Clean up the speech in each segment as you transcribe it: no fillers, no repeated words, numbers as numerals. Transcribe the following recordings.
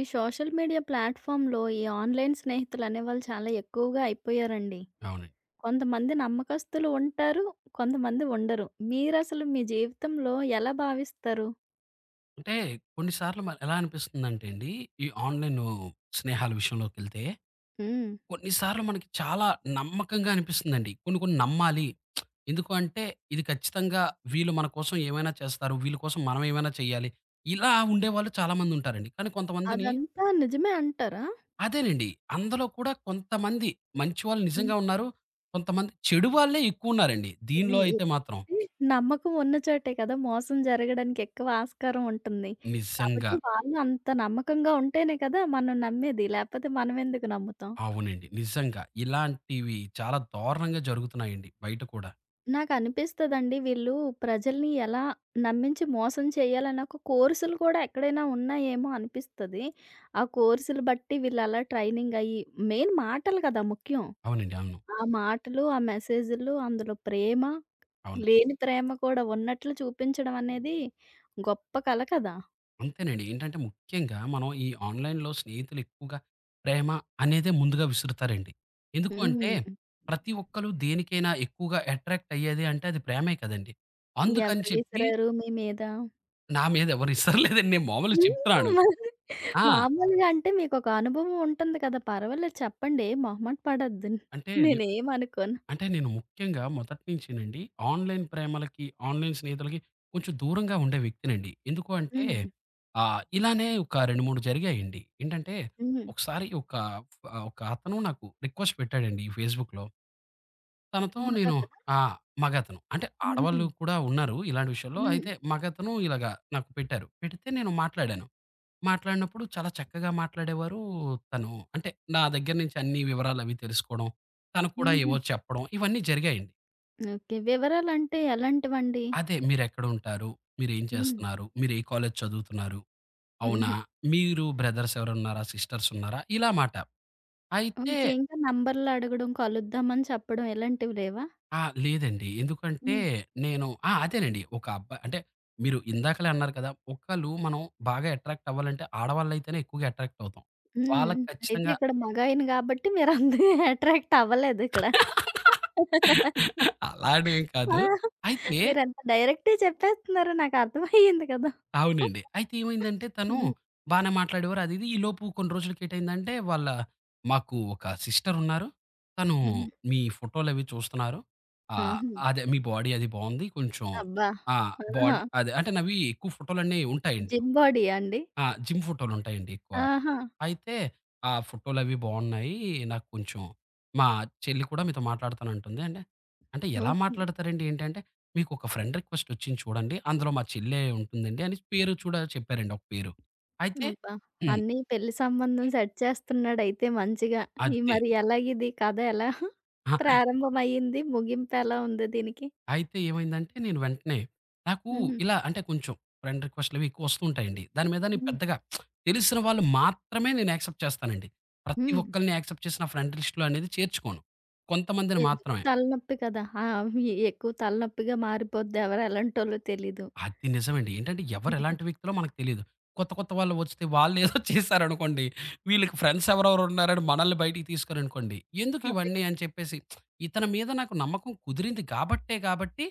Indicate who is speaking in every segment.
Speaker 1: ఈ social media ప్లాట్‌ఫామ్‌లో ఈ ఆన్‌లైన్ స్నేహితులనేవాళ్ళు చాలా ఎక్కువగా అయిపోయారండి.
Speaker 2: అవునండి.
Speaker 1: కొంతమంది నమ్మకస్తులు ఉంటారు. కొంతమంది ఉండరు. మీరసలు మీ జీవితంలో ఎలా భావిస్తారు?
Speaker 2: అంటే కొన్ని సార్లు ఎలా అనిపిస్తుందంటే అండి, ఈ ఆన్‌లైను స్నేహాల విషయంలోకెళ్తే,
Speaker 1: హ్మ్.
Speaker 2: కొన్ని సార్లు మనకి చాలా నమ్మకంగా అనిపిస్తుందండి. కొన్ని కొన్ని నమ్మాలి. ఎందుకు అంటే, ఇది ఖచ్చితంగా వీళ్ళు మన కోసం ఏమైనా చేస్తారు. వీళ్ళ కోసం మనం ఏమైనా చేయాలి. ఇలా ఉండేవాళ్ళు చాలామందుంటారండి. కానీ కొంతమందిని
Speaker 1: అదంతా నిజమే అంటారా?
Speaker 2: అదేనండి. అందులో కూడా కొంతమంది మంచి వాళ్ళు
Speaker 1: హ్మ్.
Speaker 2: నిజంగా ఉన్నారు. కొంతమంది చెడు వాళ్ళే ఎక్కువున్నారండి. దీనిలో
Speaker 1: హ్మ్.
Speaker 2: అయితే మాత్రం.
Speaker 1: ఇది నమ్మకం ఉన్న చోటే కదా మోసం జరగడానికి ఎక్కువ ఆస్కారం ఉంటుంది.
Speaker 2: నిజంగా.
Speaker 1: కాబట్టి వాళ్ళు అంత నమ్మకంగా ఉంటేనే కదా మనం నమ్మేది. లేపోతే మనమెందుకు నమ్ముతాం?
Speaker 2: అవునండి. నిజంగా. ఇలాంటివి చాలా దారుణంగా జరుగుతున్నాయండి బయట కూడా.
Speaker 1: నాకనిపిస్తదండి. వీళ్ళు ప్రజల్ని ఎలా నమ్మించి మోసం చేయాలని ఒక కోర్సులు కూడా ఎక్కడైనా ఉన్నాయేమో అనిపిస్తది. ఆ కోర్సులు బట్టి వీళ్ళు అలా ట్రైనింగ్ అయ్యి మెయిన్ మాటలు కదా ముఖ్యం.
Speaker 2: అవునండి. అవును.
Speaker 1: ఆ మాటలు, ఆ మెసేజులు అందులో ప్రేమ,
Speaker 2: అవును.
Speaker 1: లేని ప్రేమ కూడా ఉన్నట్లు చూపించడం అనేది గొప్ప కళ కదా!
Speaker 2: అంతేనండి. ఏంటంటే ముఖ్యంగా మనం ఈ ఆన్‌లైన్‌లో స్నేహితులు ఎక్కువగా ప్రేమ అనేదే ముందుగా విసురుతారండి. ఎందుకు అంటే
Speaker 1: హ్మ్.
Speaker 2: ప్రతి ఒక్కళ్ళు దేనికైనా ఎక్కువగా అట్రాక్ట్ అయ్యేది అంటే అది ప్రేమే కదండీ. అందుకని
Speaker 1: ఎవరు
Speaker 2: చెప్పి
Speaker 1: విసిరారు మీ మీద?
Speaker 2: నా మీద ఎవరు ఇసరలేదండి. నేను మామూలుగా చెప్తున్నాను.
Speaker 1: హ్మ్. మరి
Speaker 2: ఆ!
Speaker 1: మామూలుగా అంటే మీకొక అనుభవం ఉంటుంది కదా! పర్వాలేదు చెప్పండి. ఏం మొహమాట పడొద్దు.
Speaker 2: అంటే
Speaker 1: నేనేమనుకోను.
Speaker 2: అంటే నేను ముఖ్యంగా మొదటి నుంచేనండి ఆన్‌లైన్ ప్రేమలకి, ఆన్‌లైన్ స్నేహితులకి కొంచెం దూరంగా ఉండే వ్యక్తినండి. ఎందుకు అంటే
Speaker 1: హ్మ్.
Speaker 2: ఇలానే ఒక 2, 3 జరిగాయండి. ఏంటంటే
Speaker 1: హ్మ్.
Speaker 2: ఒకసారి ఒక అతను నాకు రిక్వెస్ట్ పెట్టాడండి ఈ ఫేస్‌బుక్‌లో. తనతో నేను
Speaker 1: మగతనా?
Speaker 2: ఆ! మగతను. అంటే
Speaker 1: హుహు.
Speaker 2: ఆడవాళ్ళు కూడా ఉన్నారు ఇలాంటి విషయంలో.
Speaker 1: హ్మ్.
Speaker 2: అయితే మగతను ఇలాగ నాకు పెట్టారు. పెడితే నేను మాట్లాడాను. మాట్లాడినప్పుడు చాలా చక్కగా మాట్లాడేవారు. తను అంటే నా దగ్గర నుంచి అన్ని వివరాలు అవి తెలుసుకోవడం, తను కూడా
Speaker 1: హుహు.
Speaker 2: ఏవో చెప్పడం ఇవన్నీ జరిగాయండి.
Speaker 1: ఓకే. వివరాలంటే ఎలాంటివండి?
Speaker 2: అదే మీరెక్కడుంటారు? మీరేం
Speaker 1: హ్మ్.
Speaker 2: చేస్తున్నారు? మీరు ఏ కాలేజ్ చదువుతున్నారు? అవునా?
Speaker 1: హుహు.
Speaker 2: మీరు బ్రదర్స్ ఎవరన్నారా? సిస్టర్స్ ఉన్నారా? ఇలా మాట. అయితే
Speaker 1: ఓకే. ఇంకా నంబర్‌లు అడగడం, కలుద్దామని చెప్పడం ఇలాంటివి లేవా?
Speaker 2: ఆ! లేదండి. ఎందుకంటే
Speaker 1: హ్మ్.
Speaker 2: నేను ఆ! అదేనండి. ఒక అబ్బా అంటే మీరు ఇందాకలే అన్నారు కదా! ఒకళ్ళు మనం బాగా అట్రాక్ట్ అవ్వాలంటే ఆడవాళ్ళైతేనే ఎక్కువగా అట్రాక్ట్ అవుతాం.
Speaker 1: హ్మ్.
Speaker 2: వాళ్ళకి
Speaker 1: అయితే
Speaker 2: ఖచ్చితంగా
Speaker 1: ఇక్కడ మగాయన గాబట్టి మీరంతగా అట్రాక్ట్ అవ్వలేదిక్కడ.
Speaker 2: అలానేం
Speaker 1: ఆ!
Speaker 2: కాదు. అయితే
Speaker 1: మీరంత డైరెక్ట్‌గా చెప్పేస్తున్నారు. నాకర్థమయ్యింది కదా!
Speaker 2: అవునండి. అయితే ఏమైందంటే తను
Speaker 1: హ్మ్.
Speaker 2: బానే మాట్లాడేవారు అది ఇది. ఈలోపు కొన్ని రోజులకేటయిందంటే వాళ్ళ మాకు ఒక సిస్టరున్నారు. తను
Speaker 1: హ్మ్.
Speaker 2: మీ ఫోటోలవి చూస్తున్నారు. ఆహ్,
Speaker 1: ఆహా!
Speaker 2: అదే మీ బాడీ అది బావుంది. కొంచెం
Speaker 1: అబ్బా!
Speaker 2: ఆ!
Speaker 1: ఆహా!
Speaker 2: బాడీ అదే అంటే నావి ఎక్కువ ఫోటోలన్నీ ఉంటాయండి.
Speaker 1: జిమ్ బాడీయా అండి?
Speaker 2: ఆ! జిమ్ ఫోటోలుంటాయండి ఎక్కువ.
Speaker 1: ఆహా!
Speaker 2: అయితే ఆ ఫోటోలవి బాగున్నాయి. నాకు కొంచెం మా చెల్లి కూడా మీతో మాట్లాడతానంటుంది. అంటే, అంటే ఎలా
Speaker 1: ఓకే.
Speaker 2: మాట్లాడతారండి ఏంటి అంటే, "మీకొక ఫ్రెండ్ రిక్వెస్ట్ వచ్చింది చూడండి. అందులో మా చెల్లె ఉంటుందండి" అని పేరు చూడా చెప్పారండి ఒక పేరు. అయితే
Speaker 1: అబ్బా!
Speaker 2: హ్మ్.
Speaker 1: అన్నీ పెళ్లి సంబంధం సెట్ చేస్తున్నాడయితే మంచిగా. ఈ
Speaker 2: అదే.
Speaker 1: మరి ఎలాగిది కథ ఎలా
Speaker 2: అహా!
Speaker 1: ప్రారంభమయ్యింది? ముగింపెలా ఉంది దీనికి?
Speaker 2: అయితే ఏమైందంటే నేను వెంటనే నాకు
Speaker 1: హ్మ్.
Speaker 2: ఇలా అంటే కొంచెం ఫ్రెండ్ రిక్వెస్ట్‌లవి ఎక్కువ వస్తూ ఉంటాయండి. దాని మీద నేను
Speaker 1: హ్మ్.
Speaker 2: పెద్దగా తెలిసిన వాళ్ళు మాత్రమే నేను యాక్సెప్ట్ చేస్తానండి. ప్రతి
Speaker 1: హ్మ్.
Speaker 2: ఒక్కళ్ళని యాక్సెప్ట్ చేసి నా ఫ్రెండ్ లిస్ట్‌లో అనేది చేర్చుకోను. కొంతమందిని
Speaker 1: ఎందుకు
Speaker 2: మాత్రమే.
Speaker 1: తలనొప్పి కదా! ఆ! ఎక్కువ తలనొప్పిగా మారిపోద్ది ఎవరు ఎలాంటోళ్ళో తెలీదు.
Speaker 2: అది నిజమండి. ఏంటంటే ఎవరు
Speaker 1: హ్మ్.
Speaker 2: ఎలాంటి వ్యక్తులో మనకు తెలీదు. కొత్త కొత్త వాళ్ళు వస్తే వాళ్ళేదో చేశారనుకోండి. వీళ్ళకి ఫ్రెండ్స్ ఎవరెవరు ఉన్నారని మనల్ని బయటికి తీసుకోరనుకోండి. ఎందుకు
Speaker 1: అదే.
Speaker 2: ఇవన్నీ అని చెప్పేసి ఇతని మీద నాకు నమ్మకం కుదిరింది కాబట్టి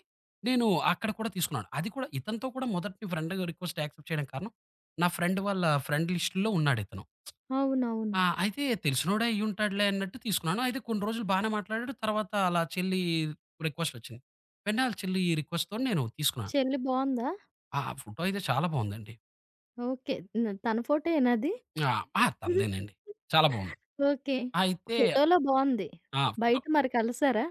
Speaker 2: నేను అక్కడ కూడా తీసుకున్నాను. అది కూడా ఇతనితో కూడా మొదటి ఫ్రెండ్ రిక్వెస్ట్ యాక్సెప్ట్ చేయడానికి కారణం నా ఫ్రెండ్ వాళ్ళ ఫ్రెండ్ లిస్ట్‌లో ఉన్నాడితను.
Speaker 1: అవునవును.
Speaker 2: ఆ! అయితే తెలిసినోడే అయ్యుంటాడులే అన్నట్టు తీసుకున్నాను. అయితే కొన్ని రోజులు బానే మాట్లాడాడు. తర్వాత ఆళ్ళ చెల్లి రిక్వెస్టొచ్చింది. వెంటనే ఆళ్ళ చెల్లి రిక్వెస్ట్‌తోని నేను తీసుకున్నాను.
Speaker 1: చెల్లి బావుందా?
Speaker 2: ఆ! ఫోటో అయితే చాలా బావుందండి.
Speaker 1: ఓకే. న తన ఫోటోయేనా అది?
Speaker 2: ఆ! ఆ! తనదేనండి. చాలా బావుంది.
Speaker 1: ఓకే.
Speaker 2: అయితే
Speaker 1: ఫోటోలో బావుంది.
Speaker 2: ఆ! ఫోటో
Speaker 1: బయట మరి కలిసారా?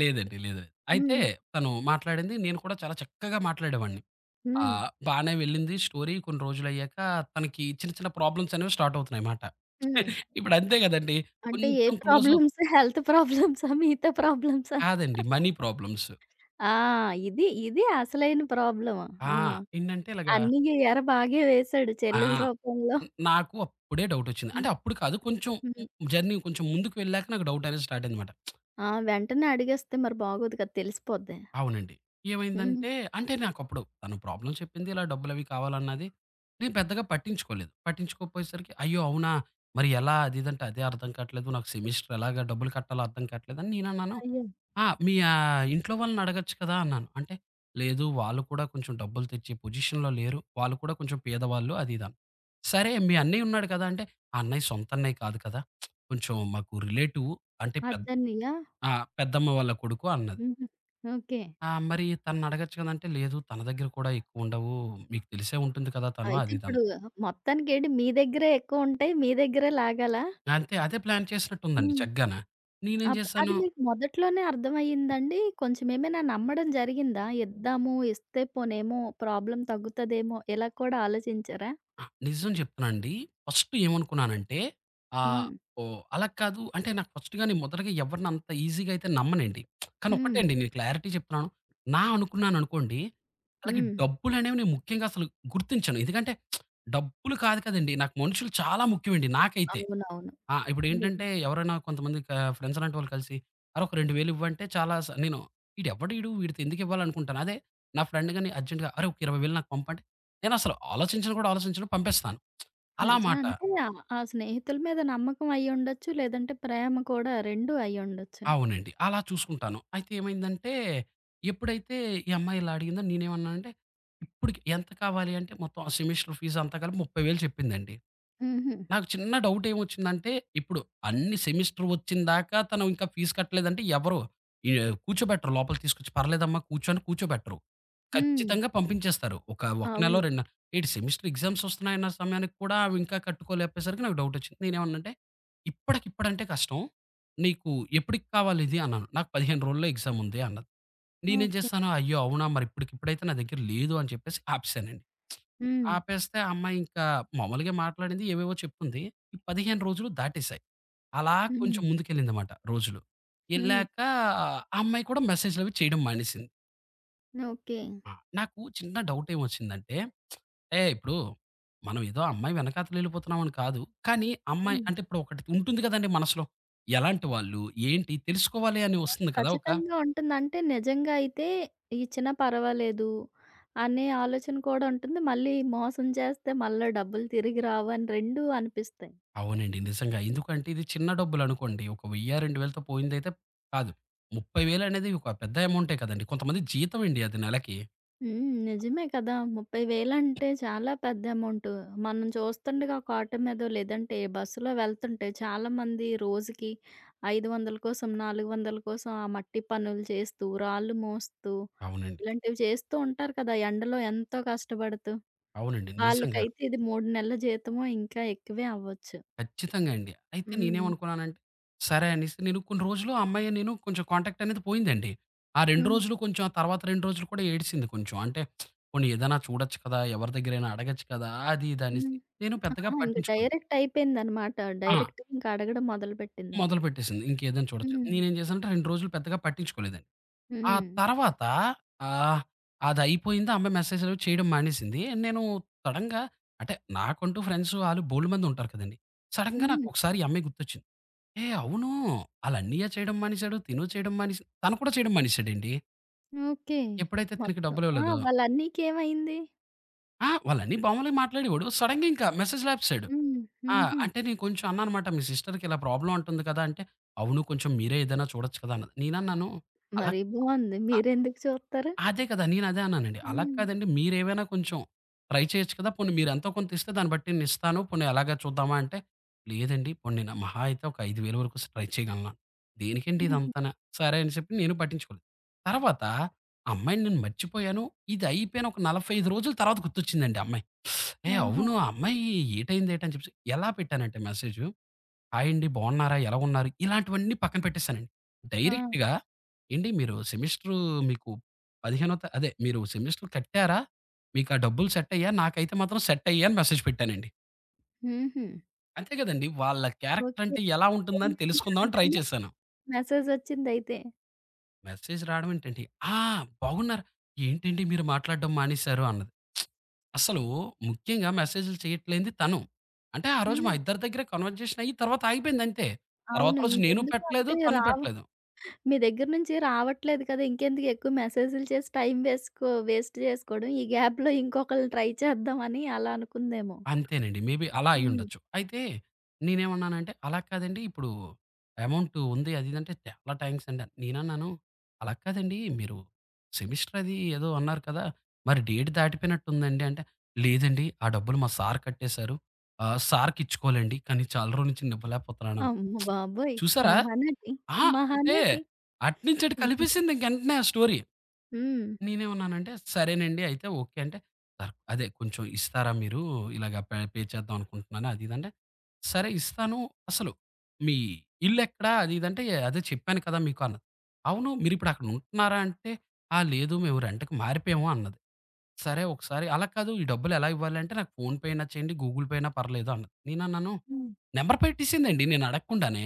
Speaker 2: లేదండి. లేదు. అయితే
Speaker 1: హ్మ్.
Speaker 2: తను మాట్లాడింది. నేను కూడా చాలా చక్కగా మాట్లాడేవాడిని.
Speaker 1: హ్మ్.
Speaker 2: బానే వెళ్ళింది స్టోరీ. కొన్ని రోజులయ్యాక తనకి చిన్న చిన్న ప్రాబ్లమ్స్ అనేవి స్టార్ట్ అవుతున్నాయిమాట.
Speaker 1: హ్మ్.
Speaker 2: ఇప్పుడు అంతే గదండీ!
Speaker 1: అంటే ఏ
Speaker 2: కొంచెం క్లోజ్ అవుతాం
Speaker 1: ప్రాబ్లమ్స్, హెల్త్ ప్రాబ్లమ్సా? మిగతా ప్రాబ్లమ్సా?
Speaker 2: కాదండి. Money problems.
Speaker 1: ఆ! ఇది ఇది అసలైన ప్రాబ్లమ్.
Speaker 2: ఆ!
Speaker 1: ఆ!
Speaker 2: ఏంటంటే ఇలాగా
Speaker 1: అన్నీ ఎర బాగే వేశాడు చెల్లెల
Speaker 2: ఆ!
Speaker 1: రూపంలో.
Speaker 2: నాకు అప్పుడే డౌటొచ్చింది. అంటే
Speaker 1: హ్మ్.
Speaker 2: అప్పుడు కాదు కొంచెం
Speaker 1: హ్మ్.
Speaker 2: జర్నీ కొంచెం ముందుకు వెళ్ళాక నాకు డౌట్ అనేది స్టార్ట్ అయిందన్నమాట.
Speaker 1: ఆ! వెంటనే అడిగేస్తే మరి బాగోదు కదా! తెలిసిపోద్ది.
Speaker 2: అవునండి.
Speaker 1: హ్మ్.
Speaker 2: ఏమైందంటే అంటే నాకప్పుడు తను ప్రాబ్లమ్ చెప్పింది. ఇలా డబ్బులవి కావాలన్నది. నేను పెద్దగా పట్టించుకోలేదు. పట్టించుకోకపోయేసరికి అయ్యో! అవునా! మరి ఎలా అది ఇది అంటే అదే అర్థం కాట్లేదు. నాకు సెమిస్టర్ ఎలాగా డబ్బులు కట్టాలో అర్థం కాట్లేదని నేనన్నాను.
Speaker 1: అయ్యో!
Speaker 2: ఆ! మీ ఇంట్లో వాళ్ళని అడగొచ్చు కదా! అన్నాను. అంటే లేదు వాళ్ళు కూడా కొంచెం డబ్బులు తెచ్చే పొజిషన్‌లో లేరు. వాళ్ళు కూడా కొంచెం పేదవాళ్ళు అది ఇది అని. సరే మీ అన్నయ్య ఉన్నాడు కదా! అంటే ఆ అన్నయ్య సొంత అన్నయ్య కాదు కదా! కొంచెం మాకు రిలేటివ్ అంటే
Speaker 1: అద్దన్నయ్యా?
Speaker 2: ఆ! పెద్దమ్మ వాళ్ళ కొడుకు అన్నది.
Speaker 1: హుహు. ఓకే.
Speaker 2: ఆ! మరి తననడగొచ్చు కదంటే, లేదు తన దగ్గర కూడా ఎక్కువుండవు. మీకు తెలిసే ఉంటుంది కదా! తను
Speaker 1: అయితే
Speaker 2: అది ఇదని.
Speaker 1: ఇప్పుడు మొత్తానికేంటి మీ దగ్గరే ఎక్కువుంటాయి. మీ దగ్గరే లాగాలా?
Speaker 2: అంతే అదే ప్లాన్ చేసినట్టుందండి
Speaker 1: హ్మ్.
Speaker 2: చగ్గాన. నేనేం చేశాను
Speaker 1: అది మీకు మొదట్లోనే అర్థమయ్యిందండి? కొంచెం ఏమైనా నమ్మడం జరిగిందా? ఇద్దాము, ఇస్తే పోనేమో ప్రాబ్లమ్ తగ్గుతదేమో ఇలా కూడా ఆలోచించారా?
Speaker 2: ఆ! నిజం చెప్తున్నానండి. ఫస్ట్ ఏమనుకున్నానంటే ఆహ్,
Speaker 1: హ్మ్.
Speaker 2: ఓహ్! అలా కాదు అంటే నాకు ఫస్ట్‌గానే మొదటగా ఎవరిని అంత ఈజీగా అయితే నమ్మనండి. కానీ ఒక్కటే
Speaker 1: హ్మ్.
Speaker 2: అండి నేను క్లారిటీ చెప్తున్నాను. నా అనుకున్నాననుకోండి, అలాగే
Speaker 1: హ్మ్.
Speaker 2: డబ్బులనేవి నేను ముఖ్యంగా అసలు గుర్తించను. ఎందుకంటే డబ్బులు కాదు కదండీ! నాకు మనుషులు చాలా ముఖ్యమండి నాకైతే.
Speaker 1: అవునవును.
Speaker 2: ఆ!
Speaker 1: నిజం.
Speaker 2: ఇప్పుడేంటంటే ఎవరైనా కొంతమంది ఫ్రెండ్స్ అలాంటి వాళ్ళు కలిసి, "అరె! ఒక 2000 ఇవ్వంటే చాలా నేను ఈడెవడీడు వీడితో ఎందుకివ్వాలనుకుంటాను." అదే నా ఫ్రెండ్ గాని అర్జెంట్‌గా "అరె! ఒక 20,000 నాకు పంపంటే" నేనసలు ఆలోచించను పంపేస్తాను. అలా
Speaker 1: నిజం.
Speaker 2: మాట.
Speaker 1: అంటే ఆ ఆ స్నేహితుల మీద నమ్మకం అయ్యుండొచ్చు. లేదంటే ప్రేమ కూడా 2 అయ్యుండొచ్చు.
Speaker 2: అవునండి. అలా చూసుకుంటాను. అయితే ఏమైందంటే, ఎప్పుడైతే ఈ అమ్మాయి ఇలా అడిగిందో నేనేమన్నానంటే, ఇప్పటికి ఎంత కావాలి అంటే మొత్తం సెమిస్టర్ ఫీజంతా కలిపి 30,000 చెప్పిందండి.
Speaker 1: హుహు.
Speaker 2: నాకు చిన్న డౌట్ ఏమొచ్చిందంటే, ఇప్పుడు అన్ని సెమిస్టర్ వచ్చిందాకా తను ఇంకా ఫీజు కట్టలేదంటే ఎవరు ఈ కూర్చోబెట్టరు లోపలికి తీసుకొచ్చి పర్లేదమ్మా కూర్చో అని కూర్చోబెట్టరు.
Speaker 1: హ్మ్.
Speaker 2: ఖచ్చితంగా పంపించేస్తారు. ఒక, 1 నెలో
Speaker 1: అవును.
Speaker 2: 2 నె ఏటి సెమిస్టర్ ఎగ్జామ్స్ వస్తున్నాయన్న సమయానికి కూడా ఆమె ఇంకా కట్టుకోలేపోయేసరికి నాకు డౌటొచ్చింది. నేనేమన్నానంటే, "ఇప్పటికిప్పుడంటే కష్టం. నీకు ఎప్పటికి కావాలి ఇది?" అన్నాను. "నాకు 15 రోజుల్లో ఎగ్జామ్ ఉంది" అన్నది. నేనేం
Speaker 1: ఓకే.
Speaker 2: చేశాను, అయ్యో! అవునా! మరి ఇప్పటికిప్పుడైతే నా దగ్గర లేదు అని చెప్పేసి ఆపేసానండి.
Speaker 1: హ్మ్.
Speaker 2: ఆపేస్తే ఆ అమ్మాయి ఇంకా మామూలుగా మాట్లాడింది, ఏవేవో చెప్తుంది. ఈ 15 రోజులు దాటేశాయి. అలా
Speaker 1: హ్మ్.
Speaker 2: కొంచెం ముందుకెళ్ళిందమాట రోజులు.
Speaker 1: హ్మ్.
Speaker 2: ఎళ్ళాక ఆ అమ్మాయి కూడా మెసేజ్‌లవి చేయడం మానేసింది.
Speaker 1: ఓకే.
Speaker 2: ఆ! నాకు చిన్న డౌటేమొచ్చిందంటే, ఏ ఇప్పుడు మనం ఏదో అమ్మాయి వెనకాతలెళ్ళిపోతున్నామని కాదు. కానీ అమ్మాయి
Speaker 1: హ్మ్.
Speaker 2: అంటే ఇప్పుడు ఒకటి ఉంటుంది కదండీ మనసులో. ఎలాంటి వాళ్ళు? ఏంటి? తెలుసుకోవాలి అని వస్తుంది కదా! ఒక
Speaker 1: ఖచ్చితంగా ఉంటుంది. అంటే నిజంగా అయితే ఇచ్చినా పర్వాలేదు అనే ఆలోచన కూడా ఉంటుంది. మళ్ళీ మోసం చేస్తే మళ్ళా డబ్బులు తిరిగి రావు అని రెండూ అనిపిస్తాయి.
Speaker 2: అవునండి. నిజంగా. ఎందుకంటే ఇది చిన్న డబ్బులనుకోండి. ఒక 1000, 2000తో పోయిందైతే కాదు. 30,000 అనేది ఒక పెద్ద అమౌంటే కదండీ. కొంతమంది జీతం అండి అది నెలకి.
Speaker 1: హ్మ్. నిజమే కదా! 30,000 అంటే చాలా పెద్ద అమౌంట్. మనం చూస్తుండగా ఒక ఆటో మీదో లేదంటే బస్సులో వెళ్తుంటే చాలామంది రోజుకి 500 కోసం, 400 కోసం ఆ మట్టి పనులు చేస్తూ, రాళ్ళు మోస్తూ
Speaker 2: అవునండి.
Speaker 1: ఇలాంటివి చేస్తూ ఉంటారు కదా! ఎండలో ఎంతో కష్టపడుతూ.
Speaker 2: అవునండి. నిజంగా.
Speaker 1: వాళ్ళకైతే ఇది 3 నెలల జీతమో ఇంకా ఎక్కువే అవ్వచ్చు.
Speaker 2: ఖచ్చితంగా అండి. అయితే
Speaker 1: హ్మ్.
Speaker 2: నేనేమనుకున్నానంటే, సరే అనేసి నేను కొన్ని రోజులు ఆ అమ్మాయి నేను కొంచెం కాంటాక్ట్ అనేది పోయిందండి. ఆ 2
Speaker 1: హ్మ్.
Speaker 2: రోజులు కొంచెం ఆ తర్వాత 2 రోజులు కూడా ఏడిసింది కొంచెం. అంటే పోనీ ఏదైనా చూడొచ్చు కదా! ఎవరి దగ్గరైనా అడగొచ్చు కదా! అది ఇది
Speaker 1: హ్మ్.
Speaker 2: అనేసి నేను పెద్దగా
Speaker 1: ఆహా! ఇంక
Speaker 2: పట్టించుకోను.
Speaker 1: డైరెక్ట్ అయిపోయిందనమాట.
Speaker 2: ఆ!
Speaker 1: డైరెక్ట్‌గా ఇంక అడగడం మొదలుపెట్టింది.
Speaker 2: మొదలుపెట్టేసింది. ఇంకేదైనా చూడొచ్చు.
Speaker 1: హ్మ్.
Speaker 2: నేనేం చేశానంటే 2 రోజులు పెద్దగా పట్టించుకోలేదండి. ఆ
Speaker 1: హ్మ్.
Speaker 2: తర్వాత ఆహ్, అదయిపోయింది. ఆమె మెసేజ్‌లు చేయడం మానేసింది. నేను సడెన్‌గా అంటే నాకంటూ ఫ్రెండ్స్ ఆళ్ళు బోలెడుమంది ఉంటారు కదండీ! సడెన్‌గా
Speaker 1: హ్మ్.
Speaker 2: నాకొకసారి ఈ అమ్మాయి గుర్తొచ్చింది. ఏహ్! అవును. ఆళ్ళ అన్నయ్య చేయడం మానేసాడు. తిను చేయడం మానేసి తను కూడా చేయడం మానేసాడండి.
Speaker 1: ఓకే.
Speaker 2: ఎప్పుడైతే తినకి
Speaker 1: మొత్తం ఆ!
Speaker 2: డబ్బులివ్వలేదో
Speaker 1: వాళ్ళ అన్నయ్యకేమైంది?
Speaker 2: ఆ! వాళ్ళ అన్నయ్య మామూలుగా మాట్లాడేవాడు. సడెన్‌గా ఇంకా మెసేజ్‌లు ఆపేసాడు.
Speaker 1: హ్మ్.
Speaker 2: ఆ!
Speaker 1: హుహు.
Speaker 2: అంటే నేను కొంచెం అన్నా అనమాట. మీ సిస్టర్‌కి ఇలా ప్రాబ్లమ్ అంటుంది కదా! అంటే అవును. కొంచెం మీరే ఏదైనా చూడొచ్చు కదా! అన్నది. నేనన్నాను అలా
Speaker 1: మరి బావుంది. మీరెందుకు చూత్తరు?
Speaker 2: అదే కదా! నేనదే అన్నానండి. అలా
Speaker 1: హ్మ్.
Speaker 2: కాదండి మీరేమైనా కొంచెం ట్రై చేయొచ్చు కదా! పోనీ మీరు ఎంతో కొంత ఇస్తే దాన్ని బట్టి నేనిస్తాను. పోనీ అలాగా చూద్దామా అంటే, లేదండి పోనీ నేను మహా అయితే ఒక 5,000 వరకు ట్రై చేయగలను. దేనికండి
Speaker 1: హుహు.
Speaker 2: ఇదంతాన? సరే అని చెప్పి నేను పట్టించుకోలేదు. తర్వాత ఆ అమ్మాయిని నేను మర్చిపోయాను. ఇది అయిపోయిన ఒక 45 రోజుల తర్వాత గుర్తొచ్చిందండి ఆ అమ్మాయి. ఏ
Speaker 1: ఆహా!
Speaker 2: అవును! ఆ అమ్మాయి ఏటైంది ఏటని చెప్పేసి ఎలా పెట్టానంటే మెసేజు హాయ్ అండి. బాగున్నారా? ఎలా ఉన్నారు? ఇలాంటివన్నీ పక్కన పెట్టేసానండి.
Speaker 1: ఆ!
Speaker 2: డైరెక్ట్‌గా "ఏండి మీరు సెమిస్టరు మీకు 15థ్ తా అదే మీరు సెమిస్టర్ కట్టారా? మీకా డబ్బులు సెట్ అయ్యాయా? నాకైతే మాత్రం సెట్ అయ్యాయి" అని మెసేజ్ పెట్టానండి.
Speaker 1: హుహు.
Speaker 2: అంతే కదండీ! వాళ్ళ క్యారెక్టర్
Speaker 1: ఓకే.
Speaker 2: అంటే ఎలా ఉంటుందని
Speaker 1: పెళ్లి
Speaker 2: తెలుసుకుందామని ట్రై
Speaker 1: అనగానే
Speaker 2: చేశాను.
Speaker 1: మెసేజొచ్చిందయితే.
Speaker 2: మెసేజ్ రావడం ఏంటండి, "ఆ! బాగున్నారా? ఏంటండి మీరు మాట్లాడడం మానేశారు" అన్నది. అసలు ముఖ్యంగా మెసేజ్‌లు చేయట్లేనిది తను. అంటే ఆ రోజు మా
Speaker 1: హ్మ్.
Speaker 2: ఇద్దరి దగ్గర కన్వర్జేషన్ అయ్యి తర్వాత ఆగిపోయింది అంతే. తర్వాత
Speaker 1: అవును.
Speaker 2: రోజు నేను
Speaker 1: ఇంకెందుకు
Speaker 2: పెట్టలేదు,
Speaker 1: అంటే
Speaker 2: తను
Speaker 1: రావు
Speaker 2: పెట్టలేదు.
Speaker 1: మీ దగ్గర నుంచి రావట్లేదు కదా! ఇంకెందుకు ఎక్కువ మెసేజ్‌లు చేసి టైం వేసుకో వేస్ట్ చేసుకోవడం. ఈ గ్యాప్‌లో ఇంకొకళ్ళని ట్రై చేద్దామని అలా అనుకుందేమో.
Speaker 2: అంతేనండి. మేబీ అలా
Speaker 1: హ్మ్.
Speaker 2: అయ్యుండొచ్చు. అయితే నేనేమన్నానంటే, "అలా కాదండి ఇప్పుడు అమౌంట్ ఉంది అది ఇది" అంటే, "చాలా థాంక్స్ అండి" అని. నేనన్నాను, "అలా కాదండి మీరు సెమిస్టర్ అది ఏదో అన్నారు కదా! మరి డేట్ దాటిపోయినట్టుందండి" అంటే, "లేదండి ఆ డబ్బులు మా సార్ కట్టేశారు. సార్‌కిచ్చుకోవాలండి. కానీ చాలా రోజుల నుంచి ఇవ్వలేకపోతున్నాను"
Speaker 1: అమ్మ బాబోయ్!
Speaker 2: చూసారా?
Speaker 1: మహానటి.
Speaker 2: ఆ! అంటే
Speaker 1: మహానటి.
Speaker 2: అటునుంచి అటు
Speaker 1: హ్మ్.
Speaker 2: కలిపేసింది ఇంక ఎంటనే ఆ స్టోరీ.
Speaker 1: హ్మ్.
Speaker 2: నేనేమన్నానంటే, "సరేనండి అయితే ఓకే" అంటే, సార్ అదే కొంచెం ఇస్తారా మీరు? ఇలాగ పే పే చేద్దాం అనుకుంటున్నాను అది ఇది అంటే, "సరే ఇస్తాను. అసలు మీ ఇల్లెక్కడ?" అది ఇది అంటే, "అదే చెప్పాను కదా మీకు" అన్నది. "అవును మీరిప్పుడు అక్కడ ఉంటున్నారా?" అంటే, "ఆ! లేదు మేము రెంట్‌కి మారిపోయాము" అన్నది. "సరే ఒకసారి అలా కాదు ఈ డబ్బులు ఎలా ఇవ్వాలి?" అంటే, "నాకు ఫోన్ పే అయినా చేయండి, గూగుల్ పే అయినా పర్లేదు" అన్నది. నేనన్నాను,
Speaker 1: హ్మ్.
Speaker 2: "నెంబర్ పెట్టేసిందండి నేను అడగకుండానే.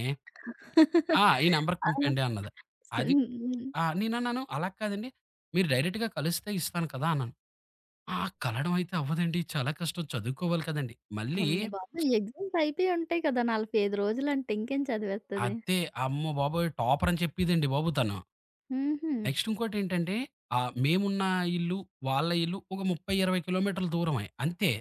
Speaker 2: ఆ! ఈ నెంబర్‌కి
Speaker 1: ఆ!
Speaker 2: పంపేయండి" అన్నది. అది
Speaker 1: హ్మ్. హ్మ్.
Speaker 2: ఆ! నేనన్నాను, "అలా కాదండి. మీరు డైరెక్ట్‌గా కలిస్తే ఇస్తాను కదా!" అన్నాను. "ఆ! కలవడం అయితే అవ్వదండి. చాలా కష్టం. చదువుకోవాలి కదండీ." మళ్ళీ
Speaker 1: అమ్మ బాబోయ్! ఎగ్జామ్స్ అయిపోయి ఉంటాయి కదా! 45 రోజులంటే ఇంకేం చదివేస్తది?
Speaker 2: అదే అమ్మ బాబోయ్! టాపర్ అని చెప్పిదండి బాబు తను.
Speaker 1: హుహు.
Speaker 2: నెక్స్ట్ ఇంకోటేంటంటే మేమున్న ఇల్లు, వాళ్ళ ఇల్లు ఒక 30, 20 కిలోమీటర్ల దూరమే. అంతే.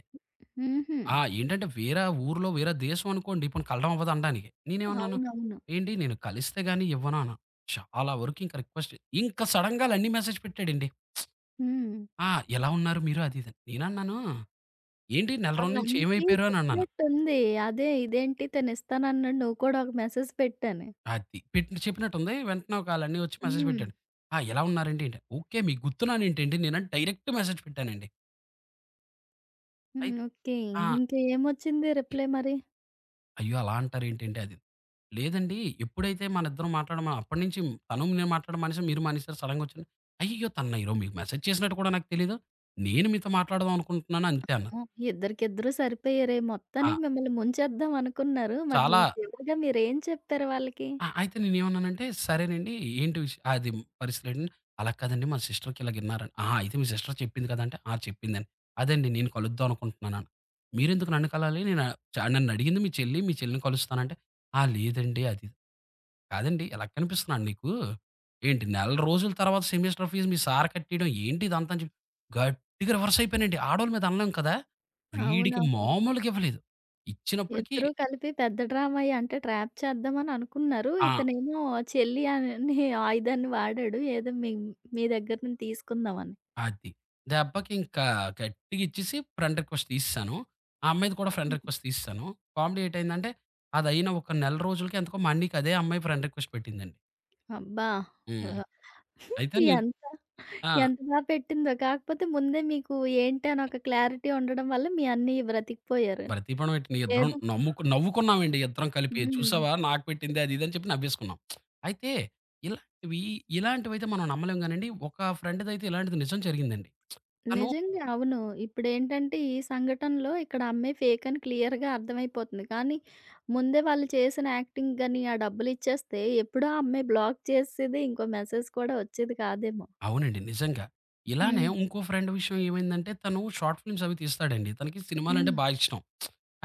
Speaker 1: హుహు.
Speaker 2: ఆ! ఏంటంటే వేరే ఊర్లో, వేరే దేశం అనుకోండి. పోనీ కలవడం అవ్వదు అనడానికి. నేనేమన్నాను,
Speaker 1: అవునవును.
Speaker 2: "ఏండి నేను కలిస్తే గాని ఇవ్వను" అన్నాను. చాలా వరకు ఇంక రిక్వెస్ట్ ఇంక సడెన్‌గా లండీ మెసేజ్ పెట్టాడండి.
Speaker 1: హ్మ్.
Speaker 2: "ఆ! ఎలా ఉన్నారు మీరు?" అది ఇదని. నేనన్నాను ఏంటి నెల రోజుల నుంచి
Speaker 1: ఆళ్ళందరికీ
Speaker 2: ఏమైపోయారు అని అన్నాను.
Speaker 1: చెప్పినట్టుంది. అదే ఇదేంటి తనిస్తానన్నాడు. నువ్వు కూడా ఒక మెసేజ్ పెట్టని.
Speaker 2: అది పెట్టి చెప్పినట్టుంది. వెంటనే ఒక ఆళ్ళన్నీ వచ్చి మెసేజ్
Speaker 1: హ్మ్.
Speaker 2: పెట్టాడు. "ఆ! ఎలా ఉన్నారండి" ఏంటి ఓకే. మీకు గుర్తున్నానేంటండి నేనని డైరెక్ట్ మెసేజ్ పెట్టానండి.
Speaker 1: హ్మ్.
Speaker 2: అయి
Speaker 1: ఓకే.
Speaker 2: ఆ!
Speaker 1: ఇంకా ఏమొచ్చింది రిప్లై మరి?
Speaker 2: అయ్యో! అలా అంటారేంటండి అది. లేదండి ఎప్పుడైతే మనిద్దరం మాట్లాడమా అప్పటినుంచి తను నేను మాట్లాడడం మానేసాం. మీరు మానేసారు సడెన్‌గా వచ్చాను. అయ్యయ్యో! తను ఈరోజు మీకు మెసేజ్ చేసినట్టు కూడా నాకు తెలీదు. నేను మీతో మాట్లాడదాం అనుకుంటున్నాను అంతే అన్నా.
Speaker 1: ఏమో! ఇద్దరికిద్దరు సరిపోయారే!
Speaker 2: ఆ!
Speaker 1: మొత్తానికి మిమ్మల్ని ముంచేద్దాం అనుకున్నారు. మరి
Speaker 2: చాలా
Speaker 1: చివరిగా మీరేం చెప్పారు వాళ్ళకి?
Speaker 2: ఆ! అయితే నేనేమన్నానంటే, "సరేనండి ఏంటి విషయం అది పరిస్థితులేంటంటే," "అలా కాదండి మా సిస్టర్‌కి ఇలాగ ఇన్నారని." "ఆహా! అయితే మీ సిస్టర్ చెప్పింది కదా!" అంటే, "ఆ! చెప్పిందని." "అదండి నేను కలుద్దాం అనుకుంటున్నానని." "మీరెందుకు నన్ను కలాలి? నేను నన్నడిగింది మీ చెల్లి, మీ చెల్లిని కలుస్తానంటే," "ఆ! లేదండి అది ఇది." "కాదండి ఎలా కనిపిస్తున్నాను నీకు? ఏంటి నెల రోజుల తర్వాత సెమిస్టర్ ఫీజు మీ సార్ కట్టేయడం ఏంటి ఇదంతా?" అని చెప్పి గట్టిగా రివర్స్ అయిపోయానండి. ఆడోళ్ళ మీద అనలేం కదా! వీడికి
Speaker 1: అవునవును.
Speaker 2: మామూలుగా ఇవ్వలేదు. ఇచ్చినప్పటికి
Speaker 1: ఇద్దరూ కలిపి పెద్ద డ్రామాయే అంటే ట్రాప్ చేద్దామని అనుకున్నారు.
Speaker 2: ఆ!
Speaker 1: ఇతనేమో చెల్లి అనే ఆయుధాన్ని వాడాడు. ఏదో మీ మీ దగ్గర నుంచి తీసుకుందామని.
Speaker 2: అది. దెబ్బకి ఇంకా గట్టిగా ఇచ్చేసి ఫ్రెండ్ రిక్వెస్ట్ తీసేసాను. ఆ అమ్మాయిది కూడా ఫ్రెండ్
Speaker 1: హ్మ్.
Speaker 2: రిక్వెస్ట్ తీసేసాను. కామెడీ ఏటయిందంటే అదయిన ఒక నెల రోజులకి ఎంతకో మా అన్నయ్యకి అదే అమ్మాయి ఫ్రెండ్ రిక్వెస్ట్ పెట్టిందండి.
Speaker 1: అబ్బా!
Speaker 2: హ్మ్.
Speaker 1: ఆహ్,
Speaker 2: అయితే నేను
Speaker 1: ఎంత
Speaker 2: ఆ!
Speaker 1: ఎంత బా పెట్టిందో. కాకపోతే ముందే మీకు ఏంటి అని ఒక క్లారిటీ ఉండడం వల్ల మీ అన్నయ్య బ్రతికిపోయారు.
Speaker 2: ప్రతిభనం ఏంటి ఇద్దరం
Speaker 1: లేదు
Speaker 2: నమ్ముకు నవ్వుకున్నామండి ఇద్దరం కలిపి.
Speaker 1: హ్మ్.
Speaker 2: చూసావా నాకు పెట్టింది అది ఇది అని చెప్పి నవ్వేసుకున్నాం. అయితే ఇలాంటివి ఇలాంటివైతే మనం నమ్మలేం గానండి. ఒక ఫ్రెండ్‌దయితే ఇలాంటిది నిజం జరిగిందండి. తను
Speaker 1: నిజంగా. అవును. ఇప్పుడేంటంటే ఈ సంఘటనలో ఇక్కడ అమ్మాయి ఫేక్ అని క్లియర్‌గా అర్థమైపోతుంది. కానీ ముందే వాళ్ళు చేసిన యాక్టింగ్ గాని, ఆ డబ్బులిచ్చేస్తే ఎప్పుడో ఆ అమ్మాయి బ్లాక్ చేసేది. ఇంకో మెసేజ్ కూడా వచ్చేది కాదేమో.
Speaker 2: అవునండి. నిజంగా. ఇలానే
Speaker 1: హ్మ్.
Speaker 2: ఇంకో ఫ్రెండ్ విషయం ఏమైందంటే తను షార్ట్ ఫిల్మ్స్ అవి తీస్తాడండి. తనకి సినిమాలంటే
Speaker 1: హ్మ్.
Speaker 2: బా ఇష్టం.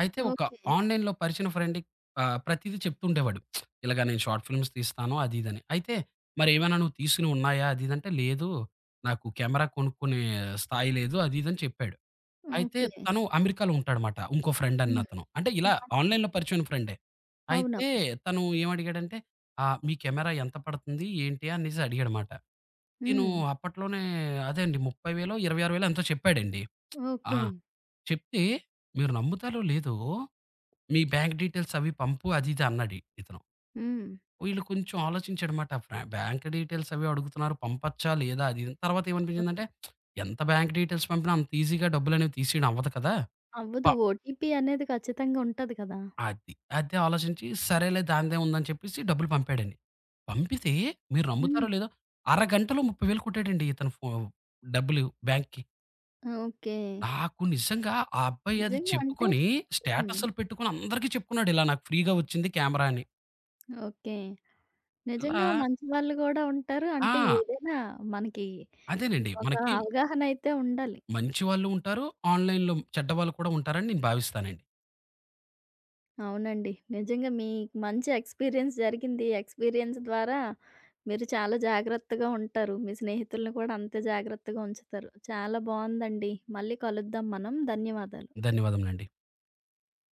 Speaker 2: అయితే ఒక
Speaker 1: ఓకే.
Speaker 2: ఆన్‌లైన్‌లో పరిచిన ఫ్రెండ్ ప్రతీదీ చెప్తుండేవాడు. ఇలాగ నేను షార్ట్ ఫిల్మ్స్ తీస్తాను అది ఇదని. అయితే మరేమైనా నువ్వు తీసినవి ఉన్నాయా? అది ఇదంటే లేదు. నాకు కెమెరా కొనుక్కునే స్థాయి లేదు. అది ఇదని చెప్పాడు. అయితే
Speaker 1: ఓకే.
Speaker 2: తను అమెరికాలో ఉంటాడనమాట. ఇంకో ఫ్రెండ్
Speaker 1: హ్మ్.
Speaker 2: అన్నతను. అంటే ఇలా
Speaker 1: ఆ!
Speaker 2: ఆన్‌లైన్‌లో పరిచయమైన ఫ్రెండే. అయితే
Speaker 1: అవునవును.
Speaker 2: తను ఏమడిగాడంటే "మీ కెమెరా ఎంత పడుతుంది? ఏంటి?" అనేసి అడిగాడనమాట. నేను
Speaker 1: హ్మ్.
Speaker 2: అప్పట్లోనే అదే అండి 30,000 26,000 ఎంతో చెప్పాడండి. ఆ!
Speaker 1: ఓకే.
Speaker 2: చెప్తే మీరు నమ్ముతారో లేదో మీ బ్యాంక్ డీటెయిల్స్ అవి పంపు అది ఇది అన్నాడు ఇతను.
Speaker 1: హ్మ్.
Speaker 2: వీళ్ళు కొంచెం ఆలోచించాడమాట. ఫ్రా బ్యాంక్ డీటెయిల్స్ అవి అడుగుతున్నారు పంపచ్చా లేదా అది ఇది తర్వాత ఏమనిపించిందంటే
Speaker 1: అవును.
Speaker 2: ఎంత బ్యాంక్ డీటెయిల్స్ పంపినా అంత ఈజీగా డబ్బులనేవి తీసేయడం అవ్వదు కదా! ప
Speaker 1: అవ్వదు. ఓటీపీ అనేది ఖచ్చితంగా ఉంటది కదా!
Speaker 2: అది అదే ఆలోచించి సరేలే దానిదే ఉందని చెప్పేసి డబ్బులు పంపాడండి. పంపితే మీరు నమ్ముతారో
Speaker 1: హ్మ్.
Speaker 2: లేదో అరగంటలో 30,000 కొట్టాడండి ఇతను డబ్బులు బ్యాంక్‌కి.
Speaker 1: ఓకే.
Speaker 2: నాకు నిజంగా ఆ అబ్బాయి అది
Speaker 1: నిజంగా అంటే
Speaker 2: చెప్పుకొని
Speaker 1: హ్మ్.
Speaker 2: స్టేటస్‌లు పెట్టుకొని అందరికీ చెప్పుకున్నాడు. ఇలా నాకు ఫ్రీగా వచ్చింది కెమెరా అని.
Speaker 1: ఓకే.
Speaker 2: ఇలా
Speaker 1: నిజంగా మంచి వాళ్ళు గూడా ఉంటారు. అంటే
Speaker 2: ఆ!
Speaker 1: ఏదైనా మనకి
Speaker 2: అదేనండి.
Speaker 1: ఒక
Speaker 2: మనకి
Speaker 1: అవగాహన అయితే ఉండాలి.
Speaker 2: మంచి వాళ్ళు ఉంటారు. ఆన్‌లైన్‌లో చెడ్డవాళ్ళు కూడా ఉంటారని నేను భావిస్తానండి.
Speaker 1: అవునండి. నిజంగా మీకు మంచి ఎక్స్‌పీరియన్స్ జరిగింది. ఈ ఎక్స్‌పీరియన్స్ ద్వారా మీరు చాలా జాగ్రత్తగా ఉంటారు. మీ స్నేహితులను కూడా అంతే జాగ్రత్తగా ఉంచుతారు. చాలా బావుందండి. మళ్ళీ కలుద్దాం మనం. ధన్యవాదాలు.
Speaker 2: ధన్యవాదములండి.